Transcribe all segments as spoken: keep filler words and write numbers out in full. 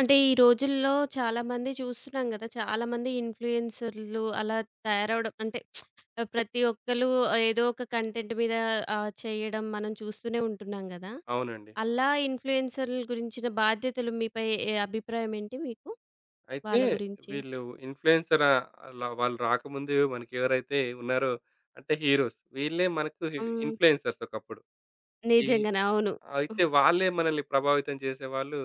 అంటే ఈ రోజుల్లో చాలామంది చూస్తున్నాం గదా! చాలామంది ఇన్‌ఫ్లుయెన్సర్‌లు అలా తయారవ్వడం అంటే ఆ, ప్రతి ఒక్కళ్ళు ఏదో ఒక కంటెంట్ మీద ఆహ్, చేయడం మనం చూస్తూనే ఉంటున్నాం గదా! అవునండి. అలా ఇన్‌ఫ్లుయెన్సర్‌ల గురించిన బాధ్యతలు మీపై ఏ అభిప్రాయం ఏంటి మీకు అయితే వాళ్ళ గురించి? వీళ్ళు ఇన్‌ఫ్లుయెన్సర్ ఆహ్, అలా వాళ్ళు రాకముందు మనకెవరైతే ఉన్నారో అంటే హీరోస్. వీళ్ళే మనకు హ్మ్. ఇన్‌ఫ్లుయెన్సర్స్ ఒకప్పుడు. ఈ నిజంగానే. అవును. అయితే వాళ్ళే మనల్ని ప్రభావితం చేసేవాళ్ళు.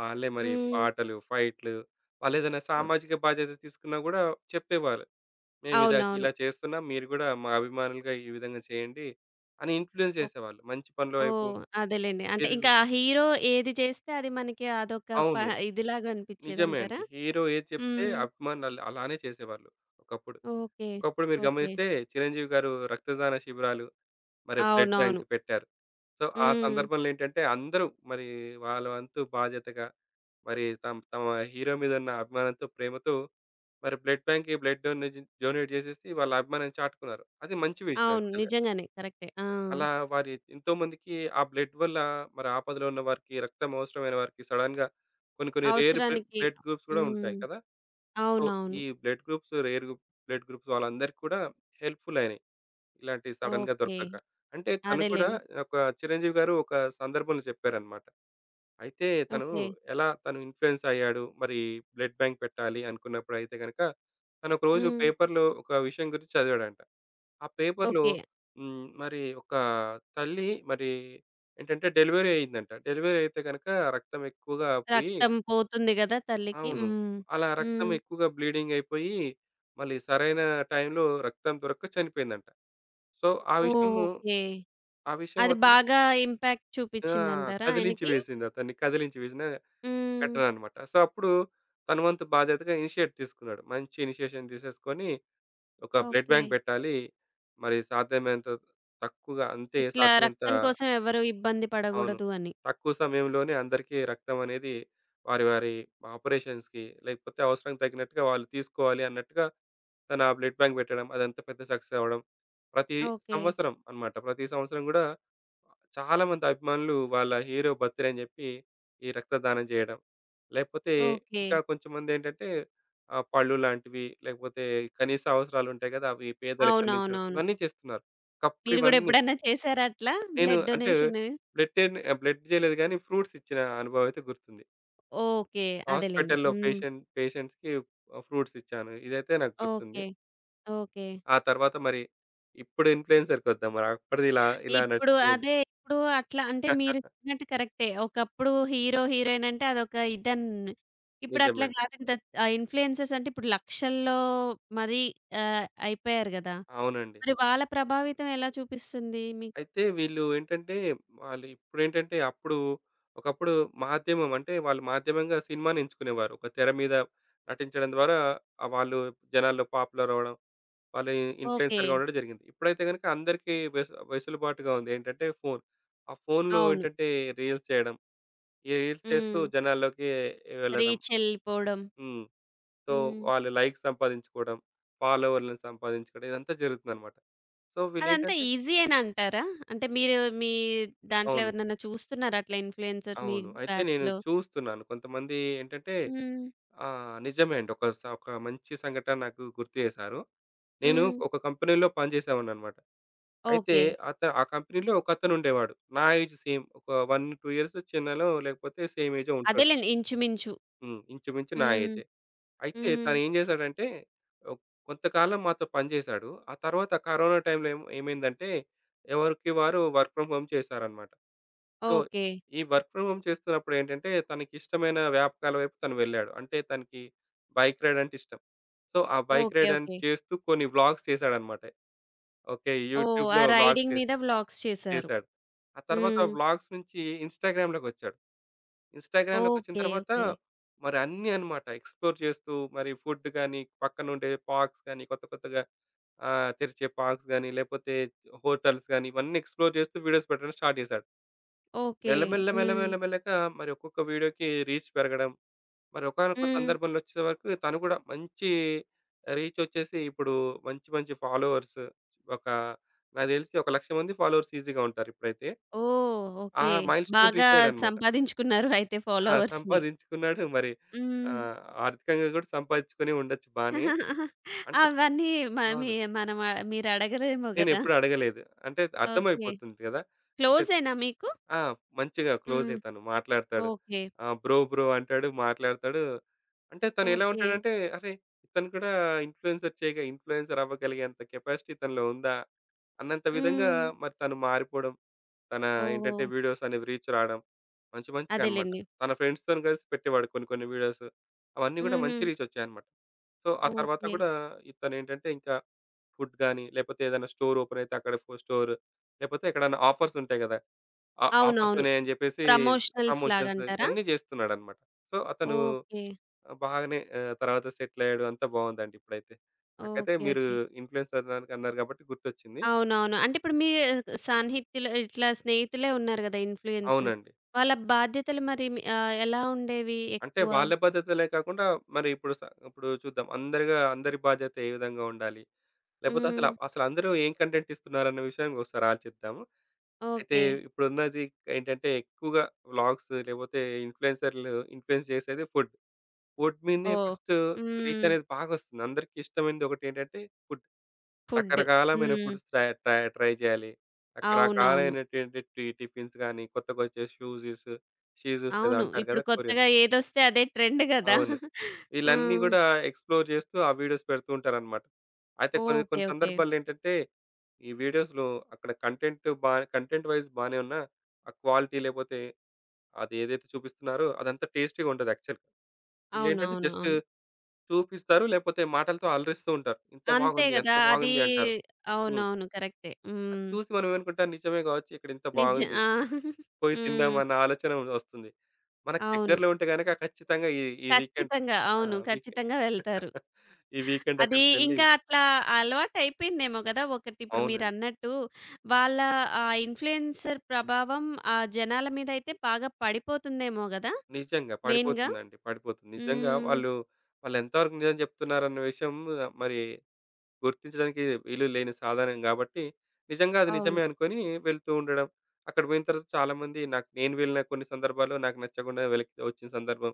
వాళ్ళే మరి హ్మ్. పాటలు, ఫైట్‌లు వాళ్ళేదైనా సామాజిక బాధ్యత తీసుకున్నా గూడా చెప్పేవాళ్ళు. మేము ఇద అవునవును. ఇలా చేస్తున్నాం. మీరు గూడా మా అభిమానులుగా ఈ విధంగా చేయండి అని ఇన్‌ఫ్లుయెన్స్ ఓహ్! చేసేవాళ్ళు. మంచి పనుల వైపు ఓహ్! అదేలెండి. అంటే ఎదుగు ఇంకా ఆ హీరో ఏది చేస్తే అది మనకి అదొక ప అవును. ఇదిలాగా నిజమే అండి. అనిపిచ్చేదంటారా? హీరో ఏది చెప్తే హ్మ్. అభిమానులు అలా- అలానే చేసేవాళ్ళు ఒకప్పుడు. ఓకే. ఒకప్పుడు మీరు ఓకే. గమనిస్తే చిరంజీవి గారు రక్తదాన శిబిరాలు, మరి బ్లడ్ అవునవును. బ్యాంక్ పెట్టారు. సో, ఆ హ్మ్. సందర్భంలో ఏంటంటే అందరూ మరి వాళ్ళ వంతు బాధ్యతగా మరి తమ తమ హీరో మీదున్న అభిమానంతో, ప్రేమతో మరి బ్లడ్ బ్యాంక్‌కి బ్లడ్ డొనేజ్ డొనేట్ చేసేసి వాళ్ళ అభిమానాన్ని చాటుకున్నారు. అది మంచి విషయం అవును. యాక్చువల్‌గా. నిజంగానే కరెక్టే. ఆ! అలా వారి ఎంతోమందికి ఆ బ్లడ్ వల్ల మరి ఆపదలో ఉన్న వారికి, రక్తం అవసరమైన వారికి సడెన్‌గా కొన్ని కొన్ని రేర్ బ్లడ్ అవసరానికి బ్లడ్ గ్రూప్స్ కూడా ఉంటాయి హ్మ్. కదా! సో, అవునవును. ఈ blood groups, rare group blood groups వాళ్ళందరికీ కూడా హెల్ప్‌ఫుల్ అయినాయి. ఇలాంటి సడెన్‌గా ఓకే. దొరకక. అంటే తను కూడా అదేలెండి. ఒక చిరంజీవి గారు ఒక సందర్భంలో చెప్పారన్నమాట. అయితే తను ఓకే. ఎలా తను ఇన్‌ఫ్లూయెన్స్ అయ్యాడు. మరి బ్లడ్ బ్యాంక్ పెట్టాలి అనుకున్నప్పుడైతే గనక తను ఒకరోజు హ్మ్. పేపర్‌లో ఒక విషయం గురించి చదివాడంట. ఆ పేపర్‌లో ఓకే. హ్మ్. మరి ఒక తల్లి మరి ఏంటంటే డెలివరీ అయిందంట. డెలివరీ అయితే గనక రక్తం ఎక్కువగా పోయి రక్తం పోతుంది గదా! తల్లికి. అవును. హ్మ్. అలా రక్తం హ్మ్. ఎక్కువగా బ్లీడింగ్ అయిపోయి మళ్ళీ సరైన టైంలో రక్తం దొరక్క చనిపోయిందంట. సో, ఆ విషయము ఓకే. ఆ విషయం అది మొత్తం బాగా ఇంపాక్ట్ ఆ! చూపిచ్చిందంటారా కదిలించి ఆయనకి? వేసింది. అతన్ని కదిలించి వేసిన హ్మ్. ఘటన అన్నమాట. సో, అప్పుడు తన వంతు బాధ్యతగా ఇనిషియేట్ తీసుకున్నాడు. మంచి ఇనిషియేషన్ తీసేసుకొని ఒక బ్లడ్ ఓకే. బ్యాంక్ పెట్టాలి. మరి సాధ్యమైనంత తక్కువగా అంటే ఇట్లా సాధ్యమైనంత రక్తం కోసం ఎవరు ఇబ్బంది అవును. పడగూడదు అని. తక్కువ సమయంలోనే అందరికీ రక్తం అనేది వారి, వారి ఆపరేషన్స్‌కి లేకపోతే అవసరానికి తగినట్టుగా వాళ్ళు తీసుకోవాలి అన్నట్టుగా తన బ్లడ్ బ్యాంక్ పెట్టడం అదంతా పెద్ద సక్సెస్ అవ్వడం. ప్రతి ఓకే. సంవత్సరం అన్నమాట. ప్రతి సంవత్సరం గూడా చాలామంది అభిమానులు వాళ్ళ హీరో బర్త్‌డే అని జెప్పి ఈ రక్తదానం జేయడం. లేకపోతే ఓకే. ఇంకా కొంచెంమందేంటంటే ఆహ్, పళ్ళు లాంటివి లేకపోతే కనీస అవసరాలుంటాయి గదా! అవి పేదలకందించడం అవునవునవును. ఇవన్నీ చేస్తున్నారు. ఒకప్పుడు మీరు గూడా ఇవన్నీ ఎప్పుడన్నా చేసారా అట్లా? నేను బ్లడ్ అంటే డొనేషన్? బ్లడ్ ఏన్ ఆహ్, బ్లడ్ జేయలేదు గానీ, ఫ్రూట్స్ ఇచ్చిన అనుభవం అయితే గుర్తుంది. ఓకే. అదేలెండి. హాస్పిటల్‌లో హ్మ్. పేషెంట్ పేషెంట్స్‌కి ఆహ్, ఫ్రూట్స్ ఇచ్చాను. ఇదైతే నాకు గుర్తుంది. ఓకే. ఓకే. ఆ తర్వాత మరి ఇప్పుడు ఇన్‌ఫ్లుయెన్సర్‌కొద్దాం. మరి అప్పటిది ఇలా ఇలా ఇప్పుడు నడిచిపోయింది. అదే ఇప్పుడు అట్లా అంటే మీరు చెప్పినట్టు కరెక్టే. ఒకప్పుడు హీరో, హీరోయిన్ అంటే అదొక ఇదన్ ఇప్పుడు నిజమే అట్లా అండి. కాదు కదా! ఆ ఇన్‌ఫ్లుయెన్సర్స్ అంటే ఇప్పుడు లక్షల్లో మరీ ఆహ్, అయిపోయారు గదా! అవునండి. మరి వాళ్ళ ప్రభావితం ఎలా చూపిస్తుంది మీకు? అయితే వీళ్ళు ఏంటంటే, వాళ్ళు ఇప్పుడేంటంటే, అప్పుడు ఒకప్పుడు మాధ్యమం అంటే, వాళ్ళు మాధ్యమంగా సినిమాని ఎంచుకునేవారు. ఒక తెర మీద నటించడం ద్వారా ఆహ్, వాళ్ళు జనాల్లో పాపులర్ అవ్వడం. వాళ్ళు ఓకే. ఇన్‌ఫ్లుయెన్సర్‌గా ఉండడం జరిగింది. ఇప్పుడైతే గనుక అందరికీ వెసు వెసులుబాటుగా ఉంది. ఏంటంటే ఫోను. ఆ ఫోనులో అవును. ఏంటంటే రీల్స్ చేయడం. ఈ రీల్స్ చేస్తూ హ్మ్. జనాల్లోకి వెళ్ళడం. రీచ్ ఎళ్ళిపోవడం. హ్మ్. సో, హ్మ్. వాళ్ళు లైక్స్ సంపాదించుకోవడం, ఫాలోవర్‌లను సంపాదించుకోవడం ఇదంతా జరుగుతుందనమాట. సో, అదంతా వీళ్ళేంటంటే ఈజీయేనా అంటారా? అంటే మీరు మీ దాంట్లో అవును. ఎవరినన్నా చూస్తున్నారా అట్లా ఇన్‌ఫ్లుయెన్సర్ మీ అవును. అయితే నేను బ్యాచ్‌లో? చూస్తున్నాను. కొంతమంది ఏంటంటే హ్మ్. ఆహ్, నిజమే అండి. ఒక స ఒక మంచి సంఘటన నాకు గుర్తు చేశారు. నేను హ్మ్. ఒక కంపెనీలో పనిచేసేవాడిననమాట. అయితే ఓకే. అత ఆ కంపెనీలో ఒకతను ఉండేవాడు. నా ఏజ్ సేమ్. ఒక ఒకటి, రెండు ఇయర్స్ చిన్ననో లేకపోతే సేమ్ ఏజో ఉంటాడు. అదేలెండి ఇంచుమించు. హ్మ్. ఇంచుమించు నా హ్మ్. ఏజే. అయితే హ్మ్. తనేం చేశాడంటే ఒ కొంతకాలం మాతో పనిచేశాడు. ఆ తర్వాత కరోనా టైంలో ఏమో ఏమైందంటే ఎవరికి వారు వర్క్ ఫ్రమ్ హోమ్ చేశారనమాట. So, okay. ఈ వర్క్ ఫ్రమ్ హోమ్ చేస్తున్నప్పుడు ఏంటంటే తనకిష్టమైన వ్యాపకాల వైపు తను వెళ్ళాడు. అంటే తనకి బైక్ రైడ్ అంటే ఇష్టం. సో, ఆ బైక్ ఓకే. రైడ్ అని ఓకే. చేస్తూ కొన్ని వ్లాగ్స్ చేశాడనమాట. ఓకే. ఓహ్! ఆ యూట్యూబ్‌లో వ్లాగ్స్ రైడింగ్ మీద చేశాడు. వ్లాగ్స్ చేశారు. చేశాడు. ఆ తర్వాత హ్మ్. వ్లాగ్స్ నుంచి ఇన్‌స్టాగ్రామ్‌లోకొచ్చాడు. ఇన్‌స్టాగ్రామ్‌లోకొచ్చిన ఓకే. తర్వాత ఓకే. మరి అన్నీ అన్నమాట ఎక్స్‌ప్లోర్ చేస్తూ మరి ఫుడ్ గాని, పక్కనుండే పార్క్స్ గాని, కొత్త కొత్తగా ఆహ్, తెరిచే పార్క్స్ గాని, లేపోతే హోటల్స్ గాని, ఇవన్నీ ఎక్స్‌ప్లోర్ చేస్తూ వీడియోస్ పెట్టడం స్టార్ట్ చేశాడు. ఓకే. మెల్లమెల్ల, హ్మ్. మెల్లమెల్ల, మెల్లగా మరి ఒక్కొక్క వీడియోకి రీచ్ పెరగడం, మరి ఒకానొక హ్మ్. సందర్భంలో వచ్చే వరకు తను కూడా మంచి రీచ్ వచ్చేసి ఇప్పుడు మంచి మంచి ఫాలోవర్స్ ఒక నాకు తెలిసి లక్ష మంది ఫాలోవర్స్ ఈజీగా ఉంటారు ఇప్పుడైతే. ఓహ్! ఆ ఓకే. మైల్‌స్టోన్ బాగా రీచ్ అయ్యాడన్నమాట. సంపాదించుకున్నారు అయితే ఆ! ఫాలోవర్స్‌ని. సంపాదించుకున్నాడు మరి హ్మ్. ఆహ్, ఆర్థికంగా గూడా సంపాదించుకుని ఉండొచ్చు బానే. అంటే అవన్నీ మ మీ అవును. మనం ఆహ్, మీరు అడగరేమో గదా! నేనెప్పుడు అడగలేదు. అంటే ఓకే. అర్థమైపోతుంది గదా! అంటే క్లోజేనా మీకు? ఆ! మంచిగా క్లోజే హ్మ్. తను మాట్లాడతాడు. ఓకే. ఆహ్, బ్రో, బ్రో అంటాడు, మాట్లాడతాడు. అంటే తనెలా ఓకే. ఉంటాడంటే, అరే! ఇతను కూడా ఇన్‌ఫ్లుయెన్సర్ చేయగా ఇన్‌ఫ్లుయెన్సర్ అవ్వగలిగేంత కెపాసిటీ తనలో ఉందా? అన్నంత విధంగా హ్మ్. మరి తను మారిపోవడం తన ఓహో! ఏంటంటే వీడియోస్ అనేవి రీచ్ రావడం. మంచి మంచిగా అన్నమాట. అదేలెండి. తన ఫ్రెండ్స్‌తోని కలిసి పెట్టేవాడు కొన్ని కొన్ని వీడియోస్. అవన్నీ గూడా హుహు. మంచి రీచ్ వచ్చాయన్నమాట. సో, ఆ తర్వాత ఓకే. గూడా ఇతనేంటంటే ఇంకా ఫుడ్ గాని, లేపోతే ఏదైనా స్టోర్ ఓపెన్ అయితే అక్కడ ఫుడ్ స్టోర్, లేపోతే ఎక్కడైనా ఆఫర్స్ ఉంటాయి గదా! ఆ ఆఫర్స్ అవునవును. ఉన్నాయని జెప్పేసి ప్రమోషనల్స్ ప్రమోషన్స్ లాగంటారా? ఇవన్నీ జేస్తున్నాడన్నమాట. సో, అతను ఓకే. ఆహ్, బాగానే ఆహ్, తర్వాత సెటిల్ అయ్యాడు. అంతా బావుందండి ఇప్పుడైతే. నాకైతే ఓకే. మీరు ఓకే. ఇన్‌ఫ్లుయెన్సర్ అన్నారు అన్నారు గాబట్టి గుర్తొచ్చింది. అవునవును. అంటే ఇప్పుడు మీ సాన్నిహిత్యులు ఇట్లా స్నేహితులే ఉన్నారు గదా! ఇన్‌ఫ్లూయెన్స్. అవునండి. వాళ్ళ బాధ్యతలు మరి మీ ఆహ్, ఎలా ఉండేవి అంటే ఎక్కువ? వాళ్ళ బాధ్యతలే కాకుండా మరి ఇప్పుడు స ఇప్పుడు చూద్దాం అందరిగా అందరి బాధ్యత ఏ విధంగా ఉండాలి? లేపోతే అసల హ్మ్. అసలు అందరూ ఏం కంటెంట్ ఇస్తున్నారన్న విషయానికి ఒకసారి ఆలోచిద్దాము. అయితే ఓకే. ఇప్పుడున్నది ఏంటంటే ఎక్కువగా వ్లాగ్స్ లేపోతే ఇన్‌ఫ్లుయెన్సర్‌లు ఇన్‌ఫ్లుయెన్స్ చేసేది ఫుడ్. ఫుడ్ మీదనే ఓహ్! ఫస్ట్ రీచ్ హ్మ్. అనేది బాగొస్తుంది. అందరికీ ఇష్టమైనది ఒకటేంటంటే ఫుడ్. ఫుడ్. రకరకాలమైన హ్మ్. ఫుడ్స్ ట్రై ట్రై ట్రై చేయాలి. అవునవును. రకరకాలైనటువంటి టి టిఫిన్స్ గాని, కొత్తగొచ్చే షూజీస్, షీజూస్ ఏదో అవును. అంటారు ఇప్పుడు కదా! కొరియన్. కొత్తగా ఏదొస్తే అదే ట్రెండ్ గదా! అవును. వీళ్ళన్నీ హ్మ్. గూడా ఎక్స్‌ప్లోర్ జేస్తూ ఆ వీడియోస్ పెడుతూ ఉంటారనమాట. అయితే కొన్ని ఓకే. కొన్ని ఓకే. సందర్భాలేంటంటే, ఈ వీడియోస్‌లో అక్కడ కంటెంట్ బా కంటెంట్ వైస్ బానే ఉన్నా, ఆ క్వాలిటీ లేపోతే అది ఏదైతే చూపిస్తున్నారో అదంతా టేస్టీగా ఉండదు యాక్చువల్‌గా. అవును. వీళ్ళేంటంటే అవును. జస్ట్ అవును. చూపిస్తారు, లేపోతే మాటలతో అలరిస్తూ ఉంటారు. ఇంత అంతే బాగుంది, ఎంత గదా! అది బాగుంది అంటారు. హ్మ్. అవునవును. కరెక్టే. అది హ్మ్. చూసి మనం ఏమనుకుంటాం నిజమే గావచ్చు ఇక్కడ ఇంత నిజ బాగుంది. ఆ! పోయి హ్మ్. తిందామన్న ఆలోచన ఒస్తుంది. మనకు అవును. దగ్గరలో ఉంటే గనక ఖచ్చితంగా ఈ ఈ వీకెండ్ ఖచ్చితంగా. ఆ! అవును. వీకె ఖచ్చితంగా వెళ్తారు. ఈ వీకెండ్ అది అక్కడికెళ్ళి ఇంకా అట్లా అలవాటయిపోయిందేమో గదా! ఒకటి ఇప్పుడు అవునండి. మీరన్నట్టు వాళ్ళ ఆ ఇన్‌ఫ్లుయెన్సర్ ప్రభావం ఆ జనాల మీదయితే బాగా పడిపోతుందేమో గదా! నిజంగా. మెయిన్‌గా. పడిపోతుందండి. పడిపోతుంది. నిజంగా హ్మ్. వాళ్ళు, వాళ్ళు ఎంతవరకు నిజం చెప్తున్నారన్న విషయం ఆ, మరి గుర్తించడానికి వీలు లేని సాధనం గాబట్టి, నిజంగా అది అవును. నిజమే అనుకోని వెళ్తూ ఉండడం. అక్కడ పోయిన తర్వాత చాలామంది నాకు నేను వెళ్ళిన కొన్ని సందర్భాల్లో నాకు నచ్చకుండా వెనక్కి వచ్చిన సందర్భం.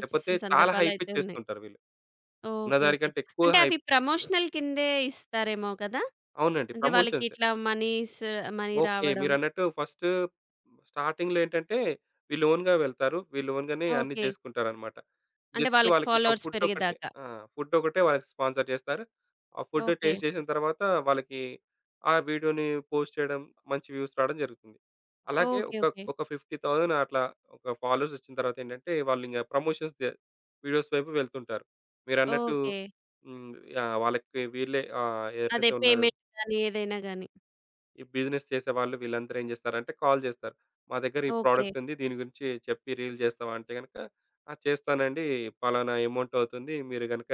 లేకపోతే చాలా సందర్భాలయితే ఉన్నాయి. హైపిచ్చేస్తుంటారు వీళ్ళు. ఓకే. ఓకే. ఉన్నదానికంటే ఎక్కువ అంటే అవి హైప్ ప్రమోషనల్ కిందే ఇస్తారేమో కదా! అవునండి. అంటే వాళ్ళకి ప్రమోషన్స్. ఇట్లా మనీస్ మనీ ఓకే. రావడం. మీరన్నట్టు ఫస్టు స్టార్టింగ్‌లో ఏంటంటే వీళ్ళు ఓన్‌గా వెళ్తారు. వీళ్ళు ఓన్‌గానే అన్నీ ఓకే. జేసుకుంటారనమాట. అంటే జస్ట్ వాళ్ళకి వాళ్ళకొక ఫాలోవర్స్ ఫుడ్ ఒకటే. పెరిగేదాకా. ఆ! ఫుడ్ ఒకటే వాళ్ళకి స్పాన్సర్ జేస్తారు. ఆ ఫుడ్ ఓకే. టేస్ట్ జేసిన తర్వాత వాళ్ళకి ఆ వీడియోని పోస్ట్ చేయడం, మంచి వ్యూస్ రావడం జరుగుతుంది. అలాగే ఓకే. ఒక ఓకే. ఒక యాభై వేల అట్లా ఒక ఫాలోవర్స్ ఒచ్చిన తర్వాతేంటంటే వాళ్ళింగ ప్రమోషన్స్ జే వీడియోస్ వైపు వెళ్తుంటారు. మీరన్నట్టు ఓకే. హ్మ్. యాహ్! వాళ్ళకి వీళ్ళే ఆహ్, అదే ఎవరైతే ఉన్నారో పేమెంట్ గాని ఏదైనా గాని. ఈ బిజినెస్ చేసేవాళ్ళు వీళ్ళందరూ ఏం చేస్తారంటే కాల్ చేస్తారు. మా దగ్గర ఈ ఓకే. ప్రోడక్ట్ ఉంది. దీని గురించి చెప్పి రీల్ చేస్తావా? అంటే గనక ఆ! చేస్తానండి. పలానా అమౌంట్ అవుతుంది. మీరు గనక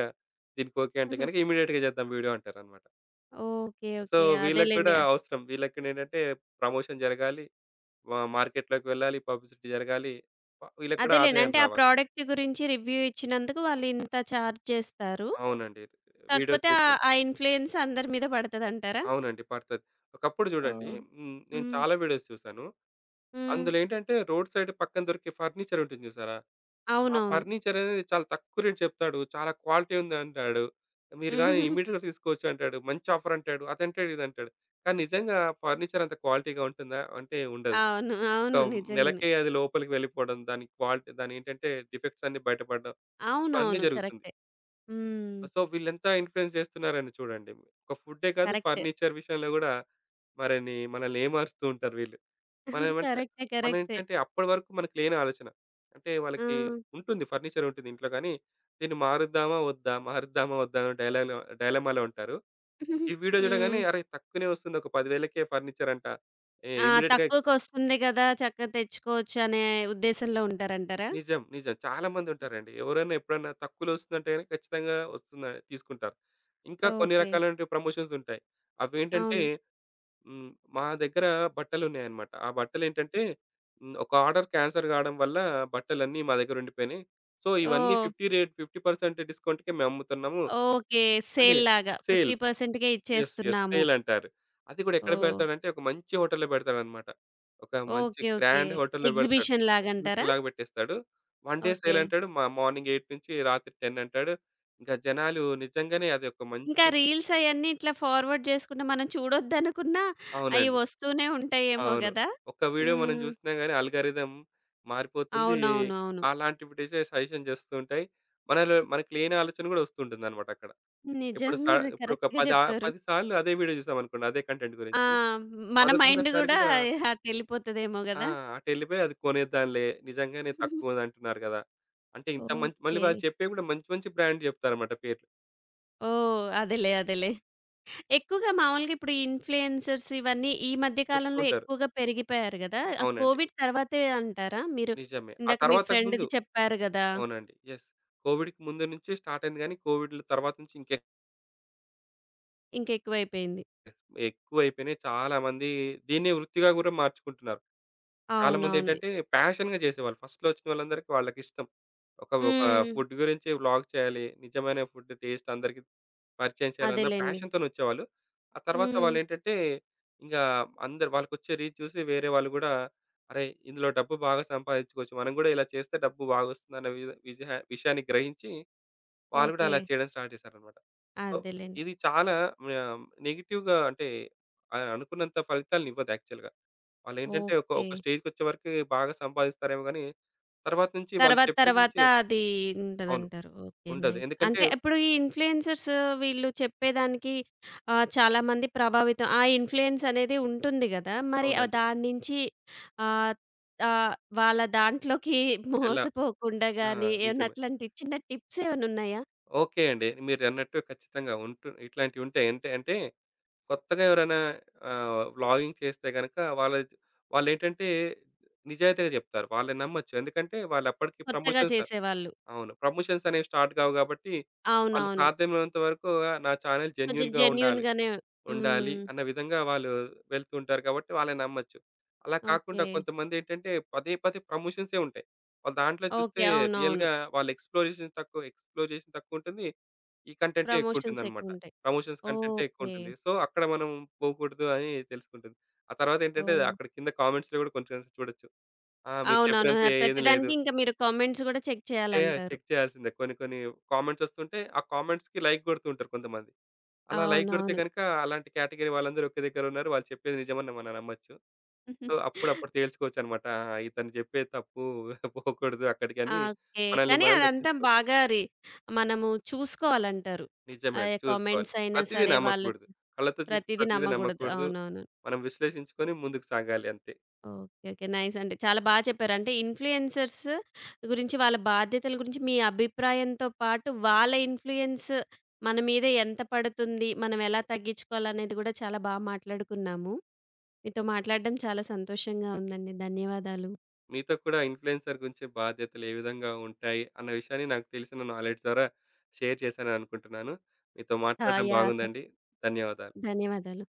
దీనికి ఓకే అంటే హుహు. గనక ఇమ్మీడియేట్‌గా చేద్దాం వీడియో అంటారనమాట. ఓకే. So, okay. వీళ్ళకి కూడా అదేలెండి. అవసరం. వీళ్ళకి కూడా ఏంటంటే ప్రమోషన్ జరగాలి. మా మార్కెట్‌లోకి వెళ్ళాలి. పబ్లిసిటీ జరగాలి. వ వీళ్ళకి కూడా అదేలెండి. ఆదాయం అంటే ఆ రావాలి. ప్రొడక్ట్ గురించి రివ్యూ ఇచ్చినందుకు వాళ్ళు ఇంత చార్జ్ చేస్తారు. అవునండి. వీడియో కాకపోతే ఆహ్, చేశాను. ఆ ఇన్‌ఫ్లూయెన్స్ అందరి మీద పడతదంటారా? అవునండి పడతది. ఒకప్పుడు చూడండి ఓహ్! హ్మ్. నేను హ్మ్. చాలా వీడియోస్ చూశాను. హ్మ్. అందులో ఏంటంటే రోడ్ సైడ్ పక్కన దొరికే ఫర్నిచర్ ఉంటుంది చూసారా? ఆ అవునవును. ఫర్నిచర్ అనేది చాలా తక్కువ రేట్ చెప్తాడు. చాలా క్వాలిటీ ఉంది అంటాడు. మీరు గాని ఇమ్మీడియేట్‌గా తీసుకోవచ్చు అంటాడు. మంచి ఆఫర్ అంటాడు. అదంటాడు, ఇదంటాడు. కానీ నిజంగా ఫర్నిచర్ అంత క్వాలిటీగా ఉంటుందా? అంటే ఉండదు. అవును. ఒక అవును. నిజంగానే. నెలకే అది లోపలికి వెళ్ళిపోవడం, దాని క్వాలిటీ దానేంటంటే డిఫెక్ట్స్ అన్నీ బయటపడడం ఇవన్నీ అవునవును. జరుగుతుంది. కరెక్టే. హ్మ్. సో, వీళ్ళెంత ఇన్‌ఫ్లుయెన్స్ చేస్తున్నారని చూడండి. ఒక ఫుడ్డే కాదు కరెక్ట్. ఫర్నిచర్ విషయంలో గూడా మరిని మనల్ని ఏమారుస్తూ ఉంటారు వీళ్ళు. మనమేమంటే కరెక్టే. కరెక్టే. మనమేంటంటే అప్పటి వరకు మనకు లేని ఆలోచన. అంటే ఆ! వాళ్ళకి ఉంటుంది ఫర్నిచర్ ఉంటుంది ఇంట్లో గానీ, దీన్ని మారుద్దామా? వద్దా? మారుద్దామా? వద్దా? అని డైలాగ్‌లో డైలమాలో ఉంటారు. ఈ వీడియో చూడగానే హ్మ్. అరె! తక్కువనే వస్తుంది. ఒక 10,000కే ఫర్నిచర్ అంట. ఏ ఆ! ఇమ్మీడియేట్‌గా తక్కువకొస్తుంది గదా! చక్కగా తెచ్చుకోవచ్చు అనే ఉద్దేశంలో ఉంటారంటారా? నిజం. నిజం. చాలా మందుంటారండి. ఎవరైనా ఎప్పుడన్నా తక్కువలో వస్తుందంటే గనక ఖచ్చితంగా వస్తుందని తీసుకుంటారు. ఇంకా కొన్ని ఓకే. రకాలైనటువంటి ప్రమోషన్స్ ఉంటాయి. అవేంటంటే అవును. హ్మ్. మా దగ్గర బట్టలున్నాయన్నమాట. ఆ బట్టలేంటంటే హ్మ్. ఒక ఆర్డర్ క్యాన్సల్ కావడం వల్ల బట్టలన్నీ మా దగ్గర ఉండిపోయినాయి. సో, ఇవన్నీ ఓహ్! యాభై రేట్ యాభై శాతం డిస్కౌంట్‌కే మేము అమ్ముతున్నాము. ఓకే. అదే సేల్ లాగా సేల్. యాభై శాతం కే యెస్. యెస్. ఇచ్చేస్తున్నాము. సేల్ అంటారు. అది కూడా ఎక్కడ ఓహ్! పెడతాడంటే ఒక మంచి హోటల్‌లో పెడతాడన్నమాట. ఒక మంచి ఓకే. ఓకే. గ్రాండ్ హోటల్‌లో పెడతాడు. ఎగ్జిబిషన్ లాగంటారా? ఎగ్జిబిషన్‌లాగా పెట్టేస్తాడు. One day okay. సేల్ అంటాడు. మా మార్నింగ్ ఎనిమిది నుంచి రాత్రి పది అంటాడు. ఇంకా జనాలు నిజంగానే అది ఒక ఇంకా మంచి రీల్స్ అయన్నీ ఇట్లా ఫార్వర్డ్ చేసుకుంటే మనం చూడొద్దనుకున్నా అయి అవునండి. వస్తూనే ఉంటాయేమో అవును. గదా! ఒక్క వీడియో మనం హ్మ్. జూసినా గాని ఆల్‌గారిథం మారిపోతుంది. అవునవును. అవును. అలాంటివిటిసే సజెషన్ జేస్తూ ఉంటాయి. మనలో మనకు లేని ఆలోచన గూడా వస్తుంటుందనమాట అక్కడ. ఇప్పుడు స నిజంగానే ఇప్పుడొక కరెక్ట్‌గా పది ఆ చెప్పారు. పది సార్లు అదే వీడియో జూసామనుకోండి అదే కంటెంట్ ఆ! గురించి. మన 11వ మైండ్ సారి గూడా గూడా అటెళ్ళిపోతదేమో ఆ! గదా! అటెళ్ళిపోయి అది కొనేద్దాంలే. నిజంగానే తక్కువందంటున్నారు గదా! అంటే ఇంత మంచి మళ్ళీ ఓకే. వాళ్ళు చెప్పేవి గూడా మంచి మంచి బ్రాండ్ జెప్తారన్నమాట పేర్లు. ఓహ్! అదేలే. అదేలే. ఎక్కువగా మామూలుగా ఇప్పుడు ఈ ఇన్‌ఫ్లుయెన్సర్స్ ఇవన్నీ ఈ మధ్య కాలంలో చెప్తుంటారు. ఎక్కువగా పెరిగిపోయారు గదా! ఆ అవునండి. కోవిడ్ తర్వాతే అంటారా? మీరు నిజమే. ఆ ఇందాక మీ తర్వాతకు ముందు ఫ్రెండ్‌ది చెప్పారు గదా! అవునండి. యెస్. కోవిడ్‌కి ముందు నుంచి స్టార్ట్ అయింది గానీ కోవిడ్‌ల తర్వాత నుంచి ఇంకె ఇంకెక్కువైపోయింది. ఎక్కువైపోయినాయి. చాలామంది దీన్నే వృత్తిగా గూడా మార్చుకుంటున్నారు. అవునవును. చాలామందేంటంటే ప్యాషన్‌గా చేసేవాళ్ళు. ఫస్ట్‌లో వచ్చిన వాళ్ళందరికీ వాళ్ళకిష్టం. ఒక ఒక హ్మ్. ఫుడ్ గురించి వ్లాగ్ చేయాలి. నిజమైన ఫుడ్ టేస్ట్ అందరికి పరిచయం చేయాలన్న అదేలెండి. ప్యాషన్‌తోనొచ్చేవాళ్ళు. ఆ తర్వాత హ్మ్. వాళ్ళేంటంటే ఇంగా అందరు వాళ్ళకొచ్చే రీచ్ చూసి వేరే వాళ్ళు గూడా అరేయ్! ఇందులో డబ్బు బాగా సంపాదించుకోవచ్చు. మనం గూడా ఇలా చేస్తే డబ్బు బాగొస్తుందన్న వి విజహ విషయాన్ని గ్రహించి వాళ్ళు గూడా ఓకే. అలా చేయడం స్టార్ట్ చేశారన్నమాట. సో, అదేలెండి. ఇది చాలా ఆహ్, నెగెటివ్‌గా అంటే ఆహ్, అనుకున్నంత ఫలితాలను ఇవ్వదు యాక్చువల్‌గా. వాళ్ళేంటంటే ఒక, ఓకే. ఒక స్టేజ్‌కొచ్చే వరకు బాగా సంపాదిస్తారేమో గాని, తర్వాత నుంచి వాళ్ళు తర్వాత చెప్పేది తర్వాత నుంచి అది అవును. ఉంటదంటారు. ఓకే. ఉండదు. నైస్. ఎందుకంటే అంటే ఇప్పుడు ఈ ఇన్‌ఫ్లూయెన్సర్స్ వీళ్ళు చెప్పేదానికి ఆహ్, చాలామంది ప్రభావితం ఆ ఇన్‌ఫ్లూయెన్స్ అనేది ఉంటుంది గదా! మరి ఆహ్, అవునండి. దాని నుంచి ఆహ్, ఆహ్, వాళ్ళ దాంట్లోకి ఎలా మోసపోకుండా ఆ! గాని ఏమన్నా నిజమే. అట్లాంటి చిన్న టిప్స్ ఏమైనా ఉన్నాయా? ఓకే అండి. మీరన్నట్టు ఖచ్చితంగా ఉంటు ఇట్లాంటివుంటాయి. అంటే అంటే కొత్తగా ఎవరైనా ఆహ్, వ్లాగింగ్ చేస్తే గనక వాళ్ళ వాళ్ళేంటంటే నిజాయితీగా చెప్తారు. వాళ్ళని నమ్మొచ్చు. ఎందుకంటే వాళ్ళప్పటికి కొత్తగా ప్రమోషన్స్ చేసేవాళ్ళు. అవును. ప్రమోషన్స్ అనేవి స్టార్ట్ కావు కాబట్టి, వాళ్ళు అవునవును. సాధ్యమైనంత వరకు ఆహ్, నా ఛానెల్ కొంచెం జెన్యూన్‌గా ఉండాలి. జెన్యూన్‌గానే ఉండాలి హ్మ్. అన్న విధంగా వాళ్ళు వెళ్తుంటారు కాబట్టి వాళ్ళని నమ్మొచ్చు. అలా కాకుండా ఓకే. కొంతమందేంటంటే పదే పదే ప్రమోషన్సే ఉంటాయి. వాళ్ళ దాంట్లో చూస్తే ఓకే. అవునవును. రియల్‌గా వాళ్ళ ఎక్స్‌ప్లోరేషన్ తక్కువ ఎక్స్‌ప్లోరేషన్ తక్కువుంటుంది. ఈ కంటెంటే ప్రమోషన్స్ ఎక్కువుంటుందన్నమాట. ఎక్కువుంటాయి. ప్రమోషన్స్ కంటెంటే ఓకే. ఎక్కువుంటుంది. సో, అక్కడ మనం పోకూడదు అని తెలుసుకుంటుంది. ఆ తర్వాతేంటంటే ఓహ్! అక్కడ కింద కామెంట్స్‌లో కూడా కొంచెం చూడొచ్చు. ఆ! మీరు అవునవును. చెప్పినంత ఆ! ఏది లేదు. ప్రతిదానికి ఇంక మీరు కామెంట్స్ గూడా చెక్ చే చేయాలంటారు. చెక్ చేయాల్సిందే. కొన్ని కొన్ని కామెంట్స్ వస్తుంటే, ఆ కామెంట్స్‌కి లైక్ కొడుతూ ఉంటారు కొంతమంది. అలా లైక్ కొడితే అవునవును. గనుక అలాంటి కేటగరీ వాళ్ళందరూ ఒకే దగ్గర ఉన్నారు. వాళ్ళు చెప్పేది నిజమని మనం నమ్మొచ్చు. సో, అప్పుడు అప్పుడు తేల్చుకోవచ్చనమాట. ఆహా! ఇతను చెప్పే తప్పు పోకూడదు ఆ! అక్కడికని ఓకే. మనల్ని కానీ మనల్ని అదంతా రక్షించుకోవచ్చు. బాగా రి మనము చూసుకోవాలంటారు. నిజమే ఆ! అండి. చూసుకోవాలి. కామెంట్స్ అయినా ప్రతీదీ సరే వాళ్ళు నమ్మకూడదు. కళ్ళతో చూసిన ప్రతీదీ ప్రతీదీ నమ్మగూడదు. నమ్మకూడదు. అవునవును. మనం విశ్లేషించుకొని ముందుకు సాగాలి అంతే. ఓకే. ఓకే. నైస్ అండి. చాలా బా చెప్పారు. అంటే ఇన్‌ఫ్లుయెన్సర్స్ గురించి, వాళ్ళ బాధ్యతల గురించి మీ అభిప్రాయంతో పాటు, వాళ్ళ ఇన్‌ఫ్లుయెన్స్ మన మీద ఎంత పడుతుంది? మనం ఎలా తగ్గించుకోవాలనేది గూడా చాలా బా మాట్లాడుకున్నాము. మీతో మాట్లాడడం చాలా సంతోషంగా ఉందండి. ధన్యవాదాలు. మీతో కూడా ఇన్‌ఫ్లుయెన్సర్ గురించి బాధ్యతలు ఏ విధంగా ఉంటాయి అన్న విషయాన్ని నాకు తెలిసిన నాలెడ్జ్ ద్వారా షేర్ చేశాననుకుంటున్నాను. మీతో ఆ! మాట్లాడడం యాహ్! బాగుందండి. ధన్యవాదాలు. ధన్యవాదాలు.